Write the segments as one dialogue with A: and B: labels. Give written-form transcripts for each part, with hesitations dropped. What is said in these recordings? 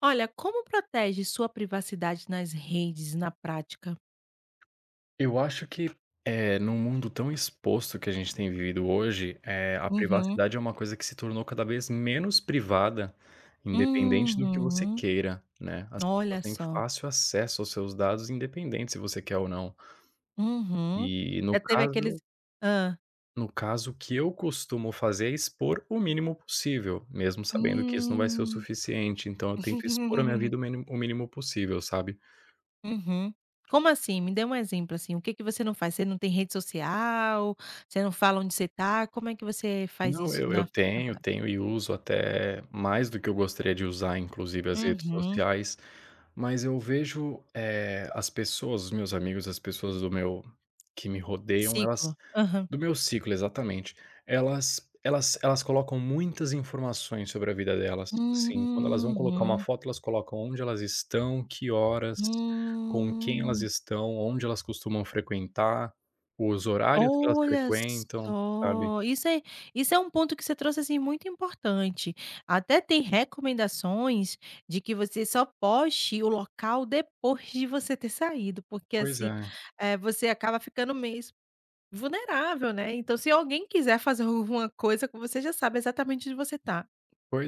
A: Olha, como protege sua privacidade nas redes, na prática?
B: Eu acho que, num mundo tão exposto que a gente tem vivido hoje, a
A: Uhum.
B: privacidade é uma coisa que se tornou cada vez menos privada, independente do que você
A: Uhum.
B: queira, né. As pessoas
A: Olha
B: têm
A: só.
B: fácil acesso aos seus dados, independente se você quer ou não.
A: Uhum.
B: E no
A: Já teve aqueles
B: caso
A: hã.
B: no caso, o que eu costumo fazer é expor o mínimo possível, mesmo sabendo que isso não vai ser o
A: Hum.
B: suficiente, então eu tento expor a minha vida o mínimo possível, sabe.
A: Uhum. Como assim? Me dê um exemplo, assim, o que que você não faz? Você não tem rede social? Você não fala onde você tá? Como é que você faz
B: Não,
A: isso
B: eu
A: na
B: tenho,
A: prática?
B: tenho e uso até mais do que eu gostaria de usar, inclusive as redes
A: Uhum.
B: sociais, mas eu vejo, as pessoas, os meus amigos, as pessoas do meu que me rodeiam,
A: Ciclo.
B: elas
A: Aham.
B: do meu ciclo, exatamente, elas colocam muitas informações sobre a vida delas, assim, quando elas vão colocar uma
A: Uhum.
B: foto, elas colocam onde elas estão, que horas, com quem elas
A: Hum.
B: estão, onde elas costumam frequentar, os horários que elas
A: Olha
B: frequentam, sabe?
A: só, isso é um ponto que você trouxe, assim, muito importante. Até tem recomendações de que você só poste o local depois de você ter saído, porque,
B: Pois
A: assim,
B: é.
A: você acaba ficando meio vulnerável, né. Então, se alguém quiser fazer alguma coisa com você, já sabe exatamente onde você está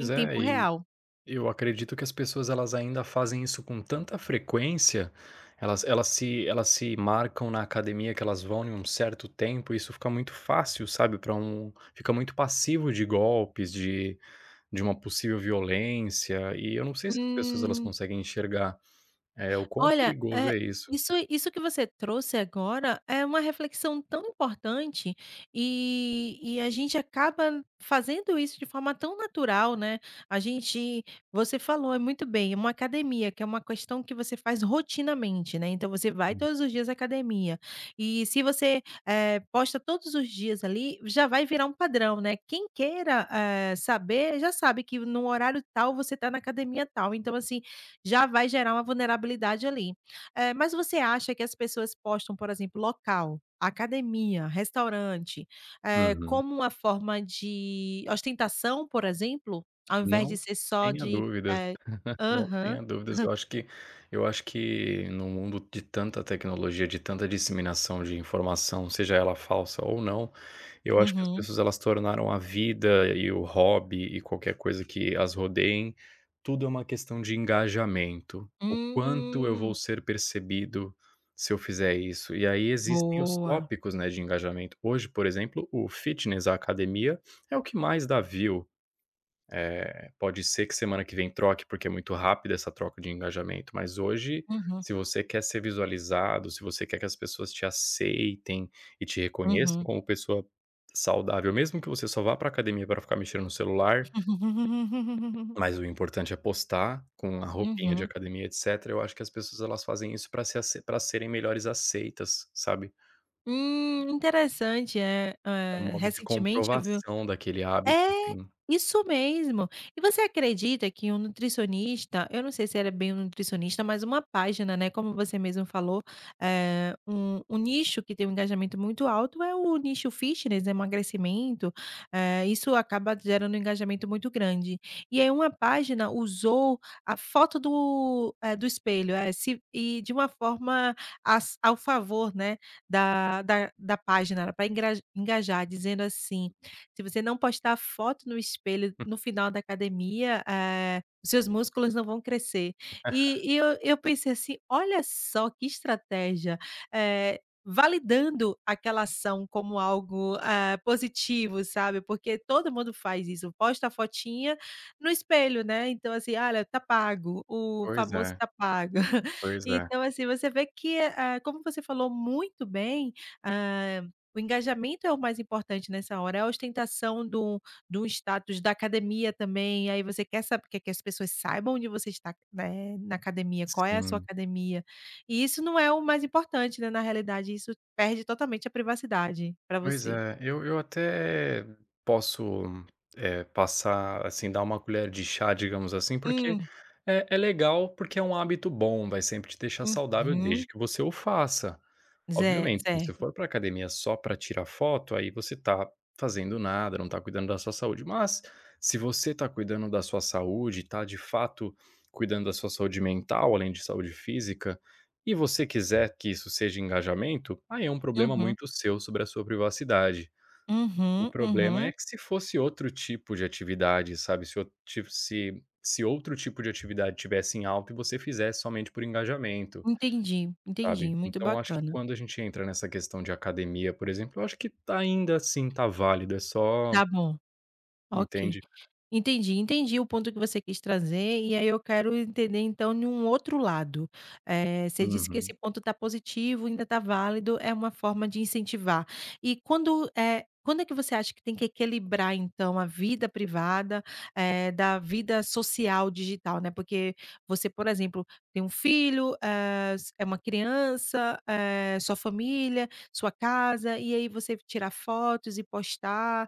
A: em
B: é,
A: tempo
B: e
A: real.
B: eu acredito que as pessoas elas ainda fazem isso com tanta frequência, elas se marcam na academia que elas vão em um certo tempo, e isso fica muito fácil, sabe, para um fica muito passivo de golpes, de uma possível violência, e eu não sei se as pessoas elas
A: Hum.
B: conseguem enxergar, é o quão
A: Olha,
B: perigoso é isso.
A: isso que você trouxe agora é uma reflexão tão importante e a gente acaba fazendo isso de forma tão natural, né. A gente você falou é muito bem, é uma academia, que é uma questão que você faz rotinamente, né, então você vai todos os dias à academia. E se você, posta todos os dias ali, já vai virar um padrão, né. Quem queira, saber, já sabe que no horário tal você está na academia tal. Então assim, já vai gerar uma vulnerabilidade ali. Mas você acha que as pessoas postam, por exemplo, local, academia, restaurante,
B: Uhum.
A: como uma forma de ostentação, por exemplo, ao invés
B: Não
A: de ser só
B: tenha
A: de,
B: dúvidas.
A: eh
B: Não
A: aham,
B: tenha dúvidas, eu acho que no mundo de tanta tecnologia, de tanta disseminação de informação, seja ela falsa ou não, eu acho que as
A: uhum.
B: pessoas elas tornaram a vida e o hobby e qualquer coisa que as rodeiem, tudo é uma questão de engajamento. O quanto eu vou
A: Hum,
B: ser percebido se eu fizer isso? E aí existem os
A: boa.
B: tópicos, né, de engajamento. Hoje, por exemplo, o fitness, a academia, é o que mais dá view. Pode ser que semana que vem troque, porque é muito rápida essa troca de engajamento, mas hoje,
A: Uhum,
B: se você quer ser visualizado, se você quer que as pessoas te aceitem e te reconheçam
A: uhum.
B: como pessoa saudável, mesmo que você só vá para academia para ficar mexendo no celular, mas o importante é postar com a roupinha de
A: Uhum.
B: academia, etcétera, eu acho que as pessoas elas fazem isso para se ace pra serem melhores aceitas, sabe.
A: Interessante, é.
B: É um modo de
A: Recentemente eu vi
B: comprovação daquele hábito,
A: é,
B: assim.
A: isso mesmo. E você acredita que um nutricionista, eu não sei se era bem um nutricionista, mas uma página, né, como você mesmo falou, um nicho que tem um engajamento muito alto é o nicho fitness, né, emagrecimento, isso acaba gerando um engajamento muito grande. E aí uma página usou a foto do, do espelho, se e de uma forma as ao favor, né, da página, para engajar, dizendo assim se você não postar foto no espelho no final da academia, os seus músculos não vão crescer. E eu pensei assim: "Olha só que estratégia!", eh, validando aquela ação como algo, ah, positivo, sabe, porque todo mundo faz isso, posta a fotinha no espelho, né, então assim: "Olha, tá pago", o
B: Pois
A: famoso
B: é,
A: "tá pago".
B: pois é.
A: Então assim, você vê que, ah, como você falou muito bem, ah, o engajamento é o mais importante nessa hora, é a ostentação do status da academia também, aí você quer saber quer que as pessoas saibam onde você está, né, na academia, qual é a sua
B: Sim.
A: academia. E isso não é o mais importante, né, na realidade, isso perde totalmente a privacidade para
B: Pois
A: você.
B: é, eu até posso, passar, assim, dar uma colher de chá, digamos assim, porque
A: Hum,
B: é legal, porque é um hábito bom, vai sempre te deixar saudável desde
A: uhum.
B: que você o faça.
A: Zé
B: Obviamente, se você
A: certo.
B: for para academia só para tirar foto, aí você tá fazendo nada, não tá cuidando da sua saúde. Mas, se você tá cuidando da sua saúde, tá de fato cuidando da sua saúde mental, além de saúde física, e você quiser que isso seja engajamento, aí é um problema
A: Uhum,
B: muito seu sobre a sua privacidade. O
A: uhum,
B: problema é
A: uhum.
B: que se fosse outro tipo de atividade, sabe, se o ti se se outro tipo de atividade tivesse em alta e você fizesse somente por engajamento.
A: Entendi,
B: Sabe.
A: entendi, muito
B: Então acho que
A: bacana.
B: quando a gente entra nessa questão de academia, por exemplo, eu acho que tá ainda assim tá válido, é só
A: Tá bom, ok.
B: entende?
A: Entendi, entendi o ponto que você quis trazer, e aí eu quero entender então em um outro lado. Você disse que
B: Uhum,
A: esse ponto está positivo, ainda está válido, é uma forma de incentivar. E quando é que você acha que tem que equilibrar então a vida privada, da vida social digital, né? Porque você, por exemplo, tem um filho, eh, s- é uma criança, eh, sua família, sua casa, e aí você tirar fotos e postar.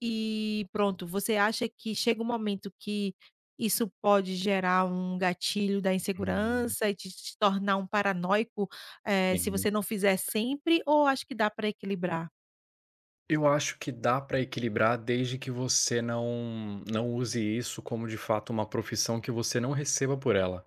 A: E pronto, você acha que chega um momento que isso pode gerar um gatilho da
B: uhum,
A: insegurança e te tornar um paranoico, se
B: sim.
A: você não fizer sempre ou acho que dá para equilibrar?
B: Eu acho que dá para equilibrar desde que você não use isso como de fato uma profissão que você não receba por ela.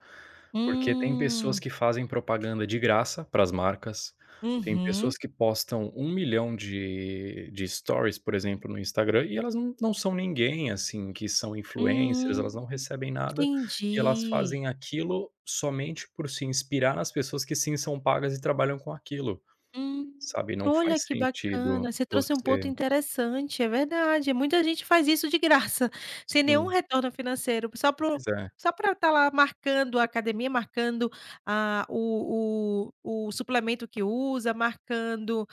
B: Porque tem pessoas
A: Hum,
B: que fazem propaganda de graça para as marcas, tem
A: uhum,
B: pessoas que postam 1 milhão de de stories, por exemplo, no Instagram, e elas não são ninguém, assim, que são influencers,
A: hum,
B: elas não recebem nada, e elas
A: entendi.
B: fazem aquilo somente por se inspirar nas pessoas que sim são pagas e trabalham com aquilo,
A: Hum,
B: sabe, não
A: olha
B: faz
A: que
B: sentido
A: bacana, você trouxe um
B: você
A: ponto interessante, é verdade, muita gente faz isso de graça, sem nenhum
B: Sim,
A: retorno financeiro, só pro
B: pois é.
A: só para estar lá marcando a academia, marcando a o o suplemento que usa, marcando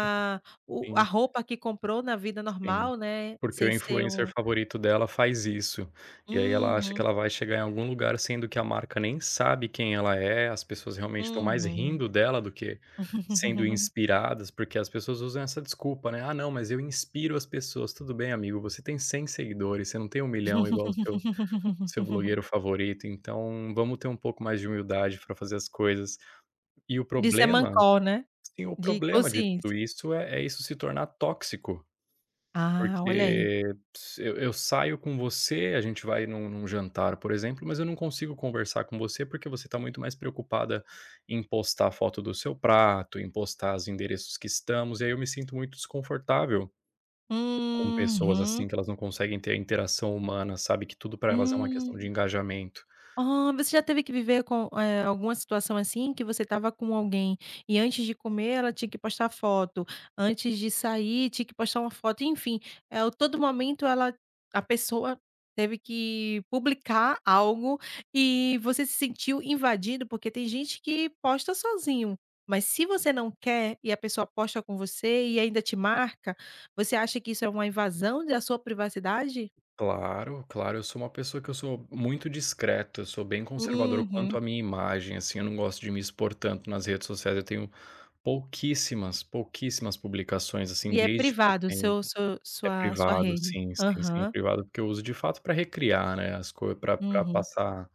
A: o a
B: Sim,
A: roupa que comprou na vida
B: sim.
A: normal, né,
B: Porque o
A: sem ser
B: influencer
A: um
B: favorito dela faz isso, e aí ela acha que
A: uhum,
B: ela vai chegar em algum lugar, sendo que a marca nem sabe quem ela é, as pessoas realmente estão mais
A: uhum.
B: rindo dela do que sendo inspiradas, porque as pessoas usam essa desculpa, né: "Ah, não, mas eu inspiro as pessoas". Tudo bem, amigo, você tem 100 seguidores, você não tem 1 milhão igual o seu seu blogueiro favorito, então vamos ter um pouco mais de humildade para fazer as coisas. E o
A: De ser
B: problema
A: mancol, né,
B: Sim, o
A: de
B: problema de
A: consciência.
B: tudo isso é isso se tornar tóxico,
A: Ah, olha aí.
B: porque se eu saio com você, a gente vai num jantar, por exemplo, mas eu não consigo conversar com você, porque você está muito mais preocupada em postar a foto do seu prato, em postar os endereços que estamos, e aí eu me sinto muito desconfortável com pessoas assim,
A: Uhum.
B: que elas não conseguem ter a interação humana, sabe, que tudo para elas é uma questão de
A: Hum.
B: engajamento.
A: Ah, você já teve que viver com, alguma situação assim, que você estava com alguém e antes de comer ela tinha que postar foto, antes de sair tinha que postar uma foto, enfim, o todo momento ela a pessoa teve que publicar algo e você se sentiu invadido, porque tem gente que posta sozinho, mas se você não quer e a pessoa posta com você e ainda te marca, você acha que isso é uma invasão da sua privacidade?
B: Claro, claro, eu sou uma pessoa que eu sou muito discreto, eu sou bem conservador quanto
A: Uhum.
B: à minha imagem, assim, eu não gosto de me expor tanto nas redes sociais, eu tenho pouquíssimas, pouquíssimas publicações, assim,
A: E é
B: desde que eu
A: privado
B: tenho
A: seu
B: é
A: sua
B: privado,
A: rede.
B: sim, sim, sim, é
A: Aham.
B: privado, porque eu uso de fato pra recriar, né, as coisas, pra pra
A: Uhum.
B: passar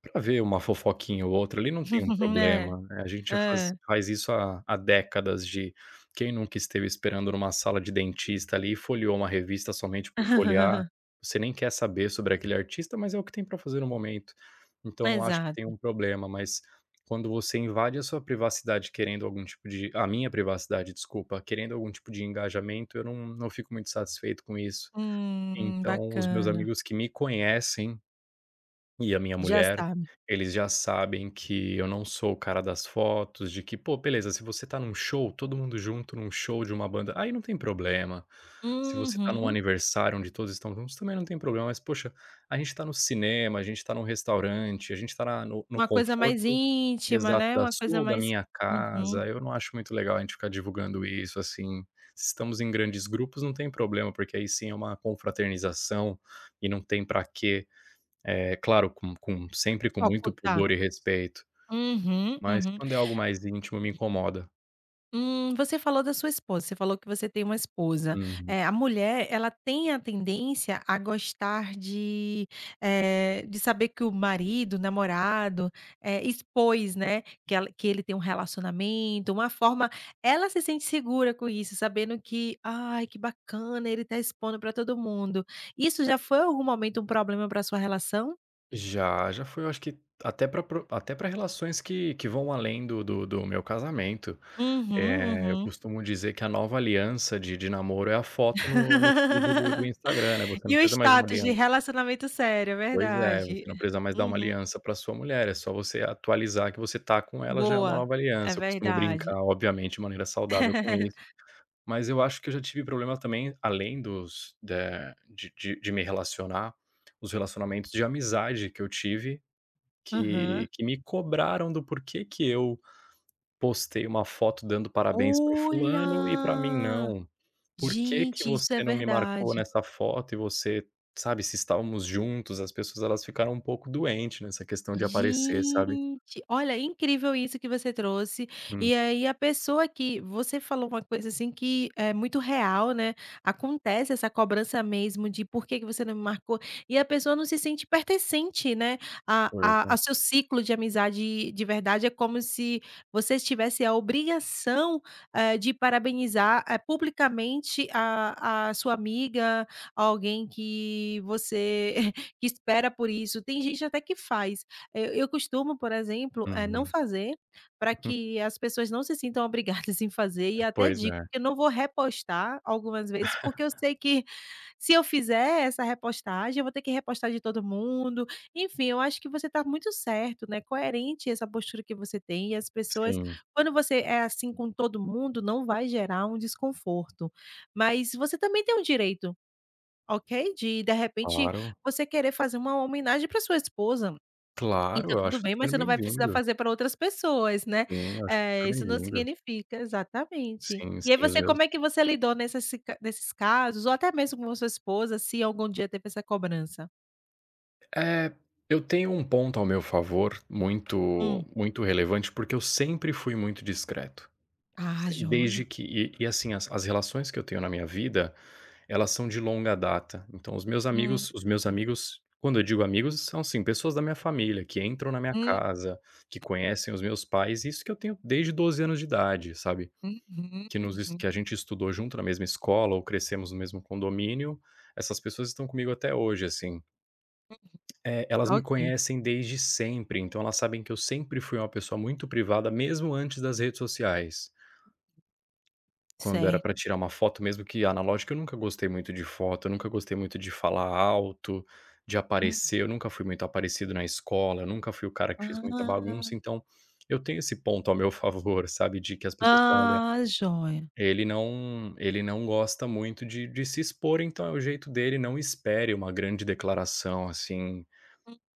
B: pra ver uma fofoquinha ou outra, ali não tem um
A: É,
B: problema, né, a gente já faz
A: é.
B: faz isso há décadas de quem nunca esteve esperando numa sala de dentista, ali, e folheou uma revista somente por folhear, você nem quer saber sobre aquele artista, mas é o que tem pra fazer no momento. Então não acho que tem
A: Exato.
B: um problema, mas quando você invade a sua privacidade querendo algum tipo de a minha privacidade, desculpa, querendo algum tipo de engajamento, eu não fico muito satisfeito com isso. Então, os meus
A: Bacana.
B: amigos que me conhecem, e a minha
A: Já
B: mulher,
A: sabe.
B: eles já sabem que eu não sou o cara das fotos, de que: "Pô, beleza, se você tá num show, todo mundo junto num show de uma banda, aí não tem problema. Se você tá num
A: Uhum.
B: aniversário onde todos estão juntos, também não tem problema, mas, poxa, a gente tá no cinema, a gente tá num restaurante, a gente tá na no
A: Uma coisa mais
B: conforto"
A: íntima,
B: Exato,
A: né,
B: da
A: uma
B: sua
A: coisa
B: ou da
A: mais
B: minha
A: uhum.
B: casa, eu não acho muito legal a gente ficar divulgando isso, assim. Se estamos em grandes grupos, não tem problema, porque aí sim é uma confraternização e não tem pra quê. É claro, com sempre com muito
A: Ocultar.
B: pudor e respeito,
A: Uhum,
B: mas
A: uhum.
B: quando é algo mais íntimo me incomoda.
A: Você falou da sua esposa, você falou que você tem uma esposa.
B: Uhum.
A: A mulher, ela tem a tendência a gostar de, de saber que o marido, o namorado, expôs, né, que ela que ele tem um relacionamento, uma forma ela se sente segura com isso, sabendo que: "Ai, que bacana, ele tá expondo para todo mundo". Isso já foi algum momento um problema para sua relação?
B: Já, já foi, eu acho que até para até para relações que vão além do meu casamento.
A: Uhum,
B: Eu
A: uhum.
B: costumo dizer que a nova aliança de namoro é a foto no feed do Instagram, né, você não
A: E o
B: precisa mais de uma
A: status de
B: aliança.
A: relacionamento sério, é
B: Pois é, você
A: verdade.
B: não precisa mais dar uma
A: Uhum.
B: aliança para sua mulher, é só você atualizar que você tá com ela, já é uma
A: Boa,
B: nova
A: é
B: aliança. Eu costumo
A: verdade.
B: brincar, obviamente, de maneira saudável com isso. Mas eu acho que eu já tive problema também, além dos da de me relacionar, os relacionamentos de amizade que eu tive, que
A: Aham.
B: que me cobraram do porquê que eu Postei uma foto dando parabéns para o fulano e para
A: Olha!
B: mim não. Por que que
A: Gente, isso é
B: você não me marcou
A: verdade.
B: nessa foto e você sabe, se estávamos juntos, as pessoas elas ficaram um pouco doentes nessa questão de aparecer, sabe.
A: Gente, olha, incrível isso que você trouxe.
B: Hum,
A: E aí a pessoa que você falou uma coisa assim que é muito real, né? Acontece essa cobrança mesmo de por que que você não me marcou? E a pessoa não se sente pertencente, né?
B: pois é.
A: A, ao seu ciclo de amizade de verdade é como se você tivesse a obrigação de parabenizar publicamente a sua amiga, alguém que você que espera por isso. Tem gente até que faz. Eu costumo, por exemplo, não
B: Uhum.
A: fazer, para que as pessoas não se sintam obrigadas em fazer e até
B: Pois
A: digo
B: é.
A: que eu não vou repostar algumas vezes, porque eu sei que se eu fizer essa repostagem, eu vou ter que repostar de todo mundo. Enfim, eu acho que você está muito certo, né, coerente essa postura que você tem e as pessoas
B: Sim,
A: quando você é assim com todo mundo, não vai gerar um desconforto. Mas você também tem o direito, ok, de repente,
B: claro.
A: você querer fazer uma homenagem para sua esposa. E tá
B: Claro, eu acho
A: tudo bem,
B: super
A: mas você não vai precisar
B: bem-vindo.
A: fazer para outras pessoas, né.
B: Sim, eu acho super
A: Isso não
B: bem-vindo.
A: significa exatamente.
B: Sim,
A: E aí
B: sim, os
A: você
B: meus
A: como é que você lidou nessas sica nesses casos, ou até mesmo com a sua esposa, se algum dia teve essa cobrança?
B: eh, eu tenho um ponto ao meu favor muito
A: Hum.
B: muito relevante, porque eu sempre fui muito discreto.
A: Ah,
B: Desde
A: joia.
B: que e assim, as as relações que eu tenho na minha vida, elas são de longa data. Então os meus
A: Hum.
B: amigos os meus amigos, quando eu digo amigos, são, assim, pessoas da minha família, que entram na minha
A: Hum.
B: casa, que conhecem os meus pais, isso que eu tenho desde 12 anos de idade, sabe.
A: Uhum,
B: Que nos es
A: uhum.
B: que a gente estudou junto na mesma escola ou crescemos no mesmo condomínio, essas pessoas estão comigo até hoje, assim. Elas me
A: Ok,
B: conhecem desde sempre, então elas sabem que eu sempre fui uma pessoa muito privada, mesmo antes das redes sociais. Quando era pra
A: certo.
B: tirar uma foto, mesmo que analógica, eu nunca gostei muito de foto, eu nunca gostei muito de falar alto, de
A: Hum.
B: aparecer, eu nunca fui muito aparecido na escola, eu nunca fui o cara que fez muita
A: Ah.
B: bagunça, então eu tenho esse ponto ao meu favor, sabe, de que as pessoas falam: "Olha,
A: Ah, joia.
B: ele não gosta muito de se expor, então é o jeito dele, não espere uma grande declaração, assim,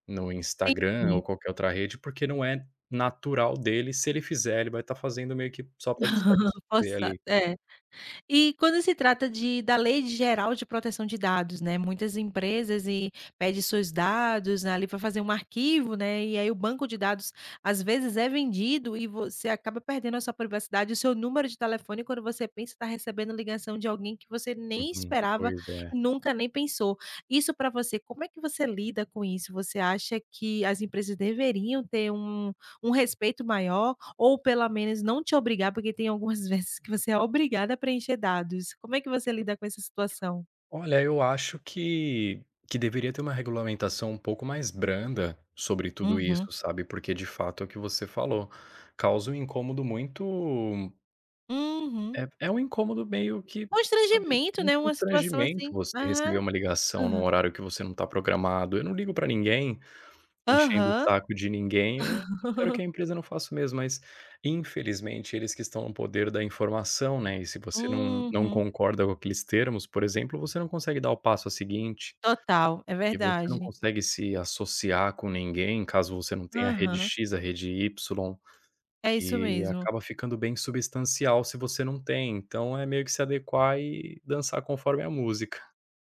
B: no Instagram
A: Entendi.
B: ou qualquer outra rede, porque não é natural dele, se ele fizer, ele vai estar fazendo meio que só pra te satisfazer
A: Forçado.
B: ali".
A: É. E quando se trata de da Lei Geral de Proteção de Dados, né, muitas empresas e pede seus dados né, ali para fazer um arquivo, né, e aí o banco de dados às vezes é vendido e você acaba perdendo a sua privacidade, o seu número de telefone quando você pensa está recebendo ligação de alguém que você nem
B: Uhum.
A: esperava
B: Pois é.
A: e nunca nem pensou. Isso para você, como é que você lida com isso? Você acha que as empresas deveriam ter um respeito maior ou pelo menos não te obrigar, porque tem algumas vezes que você é obrigada a preencher dados. Como é que você lida com essa situação?
B: Olha, eu acho que deveria ter uma regulamentação um pouco mais branda sobre tudo
A: Uhum,
B: isso, sabe, porque de fato é o que você falou, causa um incômodo muito
A: uhum.
B: é um incômodo meio que, sabe,
A: Constrangimento,
B: um
A: né, uma situação
B: constrangimento
A: assim
B: você receber
A: aham,
B: uma ligação
A: aham,
B: num horário que você não está programado. Eu não ligo para ninguém. Enchendo o
A: aham.
B: saco de ninguém, eu espero que a empresa não faça o mesmo, mas infelizmente eles que estão no poder da informação, né, e se você não
A: Uhum.
B: concorda com aqueles termos, por exemplo, você não consegue dar o passo a seguinte,
A: Total, é
B: e você não
A: verdade.
B: consegue se associar com ninguém, caso você não tenha a rede
A: Aham,
B: X, a rede Y,
A: é isso
B: e
A: mesmo.
B: acaba ficando bem substancial se você não tem, então é meio que se adequar e dançar conforme a música.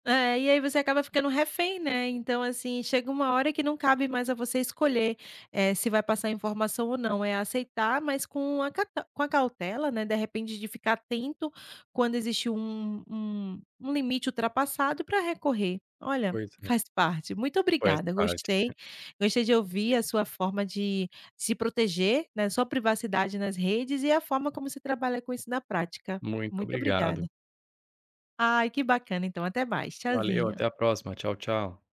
A: É, e aí você acaba ficando refém, né, então, assim, chega uma hora que não cabe mais a você escolher, se vai passar informação ou não, é aceitar, mas com a cata com a cautela, né, de repente de ficar atento quando existe um um limite ultrapassado para recorrer. Olha,
B: Pois é,
A: faz parte. Muito
B: faz
A: obrigada,
B: parte.
A: gostei, gostei de ouvir a sua forma de se proteger, né, sua privacidade nas redes e a forma como você trabalha com isso na prática.
B: Muito
A: Muito
B: obrigado.
A: obrigada. Ai, que bacana, então, até mais.
B: Valeu,
A: Tchauzinho.
B: até a próxima. Tchau, tchau.